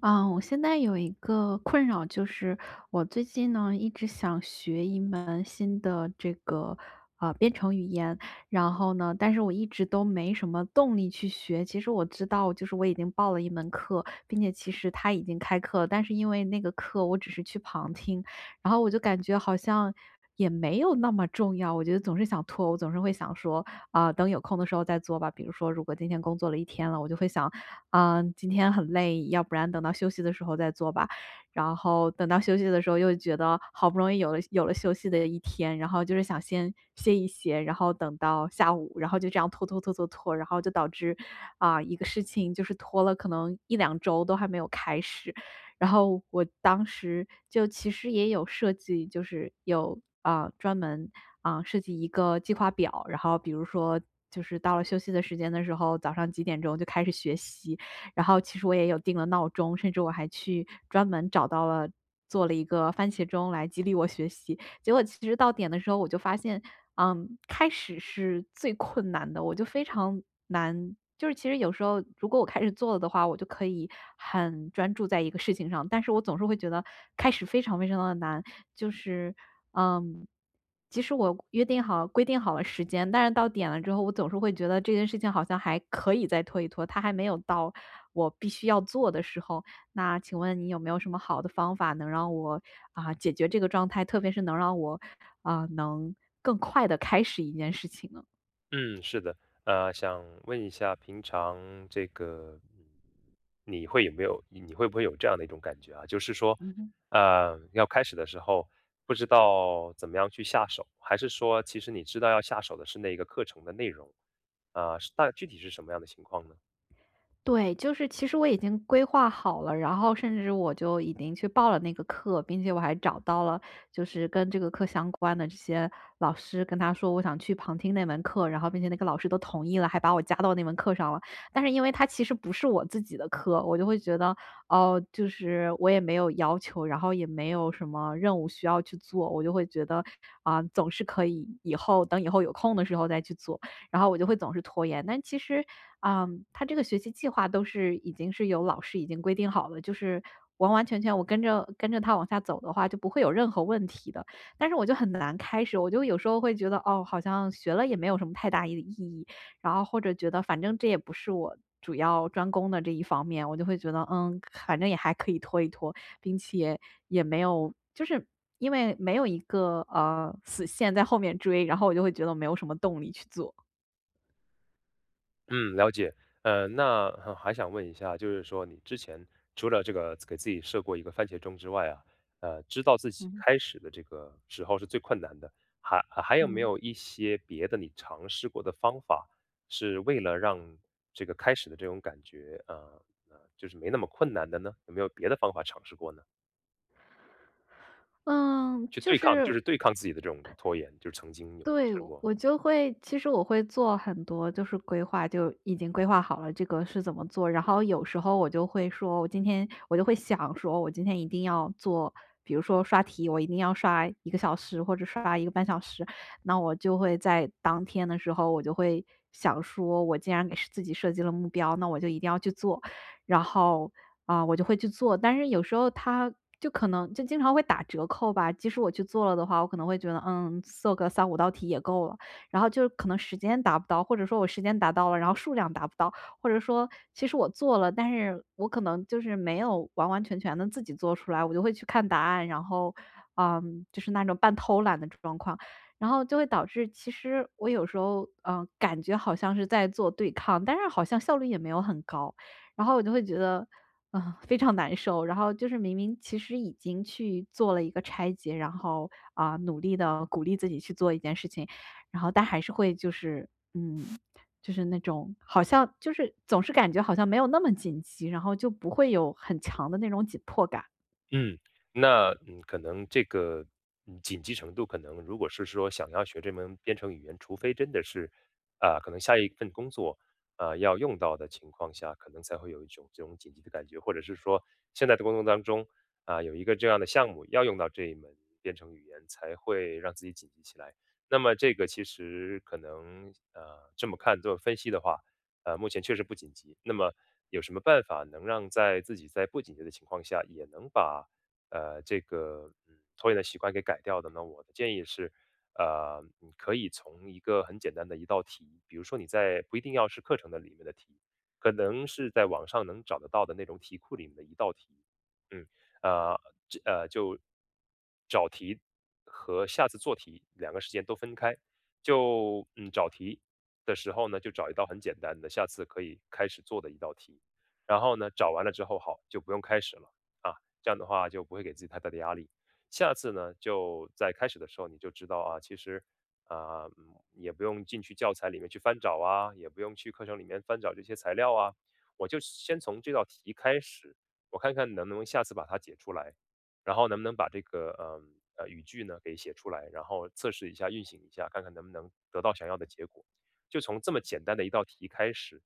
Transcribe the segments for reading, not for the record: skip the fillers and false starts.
嗯，我现在有一个困扰，就是我最近呢一直想学一门新的这个编程语言。然后呢，但是我一直都没什么动力去学。其实我知道，就是我已经报了一门课，并且其实他已经开课了，但是因为那个课我只是去旁听，然后我就感觉好像也没有那么重要。我觉得总是想拖，我总是会想说啊、等有空的时候再做吧。比如说，如果今天工作了一天了，我就会想今天很累，要不然等到休息的时候再做吧。然后等到休息的时候又觉得好不容易有了休息的一天，然后就是想先歇一歇，然后等到下午，然后就这样拖拖拖拖拖，然后就导致，一个事情就是拖了可能一两周都还没有开始。然后我当时就其实也有设计，就是有，专门，设计一个计划表。然后比如说就是到了休息的时间的时候，早上几点钟就开始学习，然后其实我也有定了闹钟，甚至我还去专门找到了做了一个番茄钟来激励我学习。结果其实到点的时候我就发现，开始是最困难的，我就非常难。就是其实有时候如果我开始做了的话，我就可以很专注在一个事情上，但是我总是会觉得开始非常非常的难。就是，嗯，即使我约定好规定好了时间，但是到点了之后，我总是会觉得这件事情好像还可以再拖一拖，它还没有到我必须要做的时候。那请问你有没有什么好的方法能让我解决这个状态，特别是能让我能更快的开始一件事情呢？嗯，是的，想问一下，平常这个，嗯，你会不会有这样的一种感觉啊？就是说，嗯哼。要开始的时候不知道怎么样去下手，还是说其实你知道要下手的是那个课程的内容，啊，是大具体是什么样的情况呢？对，就是其实我已经规划好了，然后甚至我就已经去报了那个课，并且我还找到了就是跟这个课相关的这些老师，跟他说我想去旁听那门课，然后并且那个老师都同意了，还把我加到那门课上了。但是因为他其实不是我自己的课，我就会觉得，哦，就是我也没有要求，然后也没有什么任务需要去做。我就会觉得，总是可以以后等以后有空的时候再去做。然后我就会总是拖延。但其实，他这个学习计划都是已经是有老师已经规定好了，就是完完全全我跟着他往下走的话，就不会有任何问题的。但是我就很难开始，我就有时候会觉得，哦，好像学了也没有什么太大意义，然后或者觉得反正这也不是我主要专攻的这一方面。我就会觉得，嗯，反正也还可以拖一拖，并且也没有就是因为没有一个死线在后面追，然后我就会觉得没有什么动力去做。嗯，了解。那还想问一下，就是说你之前除了这个给自己设过一个番茄钟之外啊，呃，知道自己嗯开始的这个时候是最困难的，还有没嗯。有一些别的你尝试过的方法，是为了让这个开始的这种感觉，就是没那么困难的呢？有没有别的方法尝试过呢？嗯，去就对抗，就是是对抗自己的这种拖延，就是曾经有没有对，试过？我就会其实我会做很多，就是规划，就已经规划好了这个是怎么做。然后有时候我就会说，我今天我就会想说，我今天一定要做，比如说刷题，我一定要刷一个小时或者刷一个半小时。那我就会在当天的时候，我就会想说，我既然给自己设计了目标，那我就一定要去做。然后我就会去做。但是有时候它就可能就经常会打折扣吧，即使我去做了的话，我可能会觉得，嗯，做个三五道题也够了。然后就是可能时间达不到，或者说我时间达到了，然后数量达不到，或者说其实我做了，但是我可能就是没有完完全全的自己做出来，我就会去看答案。然后，就是那种半偷懒的状况。然后就会导致，其实我有时候，感觉好像是在做对抗，但是好像效率也没有很高。然后我就会觉得，非常难受。然后就是明明其实已经去做了一个拆解，然后努力的鼓励自己去做一件事情，然后但还是会就是嗯，就是那种好像就是总是感觉好像没有那么紧急，然后就不会有很强的那种紧迫感。嗯，那嗯，可能这个嗯紧急程度，可能如果是说想要学这门编程语言，除非真的是啊、可能下一份工作啊、要用到的情况下，可能才会有一种这种紧急的感觉，或者是说现在的工作当中啊、有一个这样的项目要用到这一门编程语言，才会让自己紧急起来。那么这个其实可能呃这么看这么分析的话。呃，目前确实不紧急。那么有什么办法能让在自己在不紧急的情况下，也能把呃这个嗯拖延的习惯给改掉的呢？我的建议是，呃，你可以从一个很简单的一道题，比如说你在不一定要是课程的里面的题，可能是在网上能找得到的那种题库里面的一道题，嗯，呃，这呃就找题和下次做题两个时间都分开，就嗯找题。的时候呢，就找一道很简单的，下次可以开始做的一道题。然后呢，找完了之后，好，就不用开始了啊，这样的话就不会给自己太大的压力。下次呢，就在开始的时候你就知道啊，其实啊、嗯也不用进去教材里面去翻找啊，也不用去课程里面翻找这些材料啊，我就先从这道题开始，我看看能不能下次把它解出来，然后能不能把这个语句呢给写出来，然后测试一下，运行一下，看看能不能得到想要的结果。就从这么简单的一道题开始，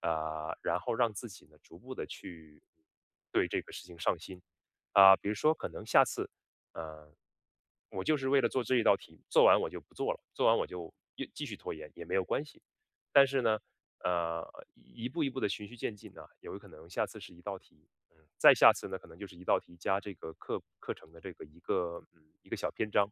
啊、然后让自己呢逐步的去对这个事情上心啊、比如说可能下次，呃，我就是为了做这一道题，做完我就不做了，做完我就又继续拖延也没有关系。但是呢，呃，一步一步的循序渐进啊，有可能下次是一道题，嗯，再下次呢，可能就是一道题加这个课程的这个一个嗯，一个小篇章。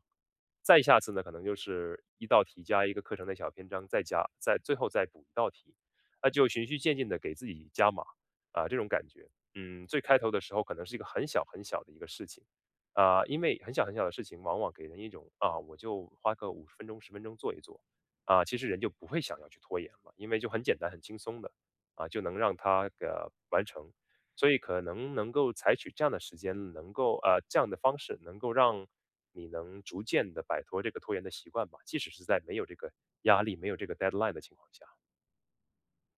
再下次呢，可能就是一道题加一个课程的小篇章，再加再最后再补一道题，那就循序渐进的给自己加码，啊，这种感觉。嗯，最开头的时候可能是一个很小很小的一个事情，啊，因为很小很小的事情往往给人一种，啊，我就花个5分钟、10分钟做一做，啊，其实人就不会想要去拖延了，因为就很简单、很轻松的啊，就能让他完成。所以可能能够采取这样的时间，能够这样的方式，能够让你能逐渐的摆脱这个拖延的习惯吧，即使是在没有这个压力、没有这个 deadline 的情况下。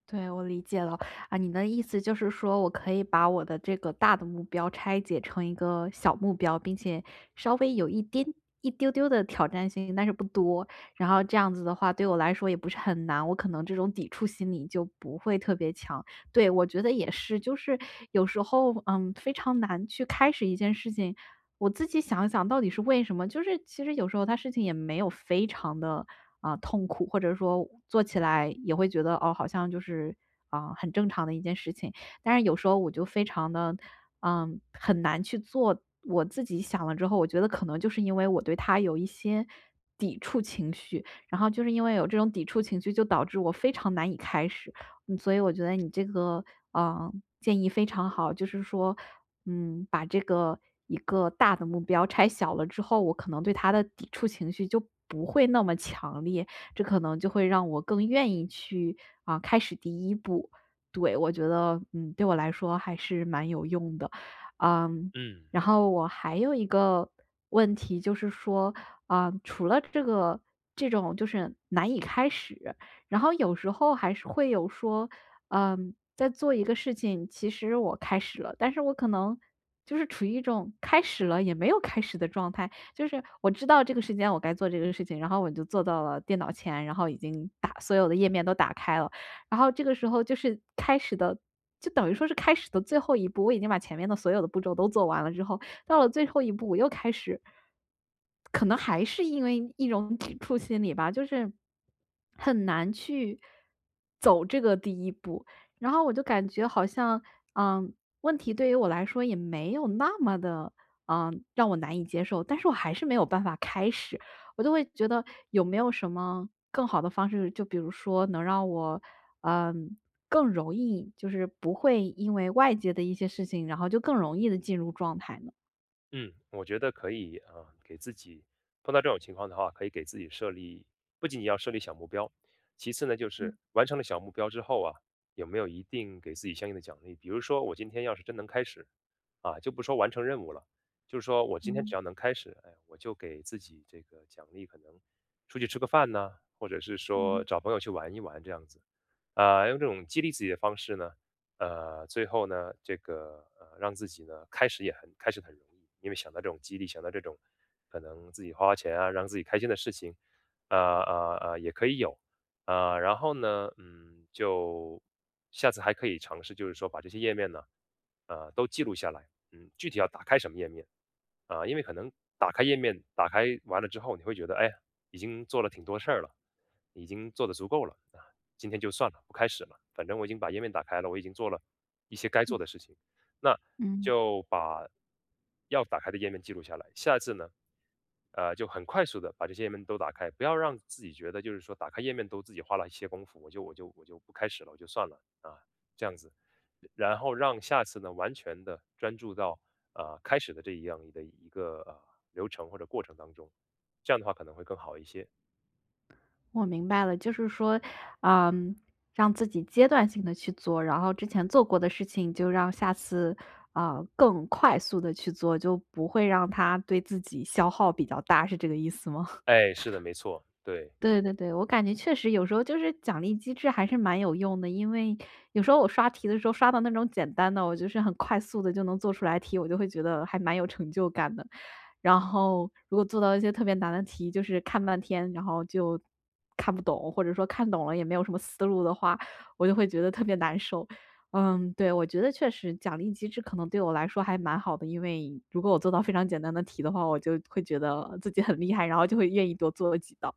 对，我理解了。你的意思就是说我可以把我的这个大的目标拆解成一个小目标，并且稍微有一点一丢丢的挑战性，但是不多。然后这样子的话，对我来说也不是很难，我可能这种抵触心理就不会特别强。对，我觉得也是，就是有时候，非常难去开始一件事情。我自己想一想到底是为什么，就是其实有时候他事情也没有非常的痛苦，或者说做起来也会觉得，哦，好像就是，很正常的一件事情。但是有时候我就非常的很难去做。我自己想了之后，我觉得可能就是因为我对他有一些抵触情绪，然后就是因为有这种抵触情绪，就导致我非常难以开始。嗯，所以我觉得你这个，建议非常好。就是说，把这个一个大的目标拆小了之后，我可能对他的抵触情绪就不会那么强烈，这可能就会让我更愿意去，开始第一步。对，我觉得，嗯，对我来说还是蛮有用的。嗯，嗯。然后我还有一个问题就是说，除了这个这种就是难以开始，然后有时候还是会有说，在做一个事情，其实我开始了，但是我可能就是处于一种开始了也没有开始的状态。就是我知道这个时间我该做这个事情，然后我就坐到了电脑前，然后已经打所有的页面都打开了，然后这个时候就是开始的。就等于说是开始的最后一步，我已经把前面的所有的步骤都做完了之后，到了最后一步，我又开始，可能还是因为一种抵触心理吧，就是很难去走这个第一步。然后我就感觉好像，嗯，问题对于我来说也没有那么的，让我难以接受，但是我还是没有办法开始。我就会觉得有没有什么更好的方式，就比如说能让我，嗯，更容易，就是不会因为外界的一些事情，然后就更容易的进入状态呢？嗯，我觉得可以啊，呃给自己碰到这种情况的话，可以给自己设立，不仅仅要设立小目标，其次呢，就是完成了小目标之后啊，有没有一定给自己相应的奖励？比如说，我今天要是真能开始，啊，就不说完成任务了，就是说我今天嗯只要能开始，哎，我就给自己这个奖励，可能出去吃个饭呐，或者是说嗯找朋友去玩一玩这样子，啊，用这种激励自己的方式呢。呃，最后呢，这个呃，让自己呢开始也很开始很容易，因为想到这种激励，想到这种可能自己花花钱啊，让自己开心的事情，呃也可以有，呃，然后呢，嗯，就下次还可以尝试，就是说把这些页面呢，呃，都记录下来，嗯，具体要打开什么页面啊、因为可能打开页面，打开完了之后，你会觉得，哎，已经做了挺多事儿了，已经做的足够了，今天就算了，不开始了，反正我已经把页面打开了，我已经做了一些该做的事情，那嗯，就把要打开的页面记录下来。下次呢，呃，就很快速的把这些页面都打开，不要让自己觉得就是说打开页面都自己花了一些功夫，我就不开始了，我就算了啊，这样子，然后让下次呢完全的专注到啊、呃开始的这一样的一个呃流程或者过程当中，这样的话可能会更好一些。我明白了。就是说，嗯，让自己阶段性的去做，然后之前做过的事情就让下次更快速的去做，就不会让它对自己消耗比较大，是这个意思吗？哎，是的，没错，对，对对对，我感觉确实有时候就是奖励机制还是蛮有用的，因为有时候我刷题的时候刷到那种简单的，我就是很快速的就能做出来题，我就会觉得还蛮有成就感的。然后如果做到一些特别难的题，就是看半天，然后就看不懂，或者说看懂了也没有什么思路的话，我就会觉得特别难受。嗯，对，我觉得确实奖励机制可能对我来说还蛮好的，因为如果我做到非常简单的题的话，我就会觉得自己很厉害，然后就会愿意多做几道。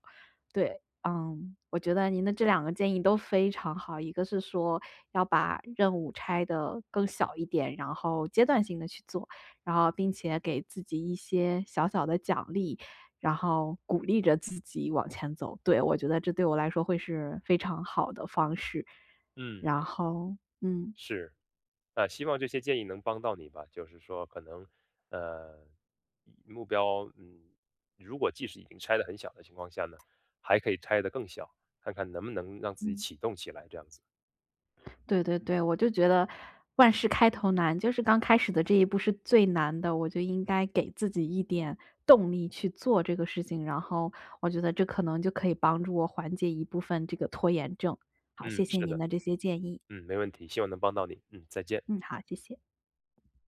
对，我觉得您的这两个建议都非常好。一个是说要把任务拆的更小一点，然后阶段性的去做。然后并且给自己一些小小的奖励，然后鼓励着自己往前走。对，我觉得这对我来说会是非常好的方式。嗯，然后，是。啊，希望这些建议能帮到你吧。就是说，可能呃，目标，嗯，如果即使已经拆的很小的情况下呢，还可以拆的更小，看看能不能让自己嗯。启动起来，这样子。对对对，我就觉得万事开头难，就是刚开始的这一步是最难的，我就应该给自己一点动力去做这个事情，然后我觉得这可能就可以帮助我缓解一部分这个拖延症。好，嗯，谢谢是您的，的这些建议。嗯，没问题，希望能帮到你。嗯，再见。嗯，好，谢谢。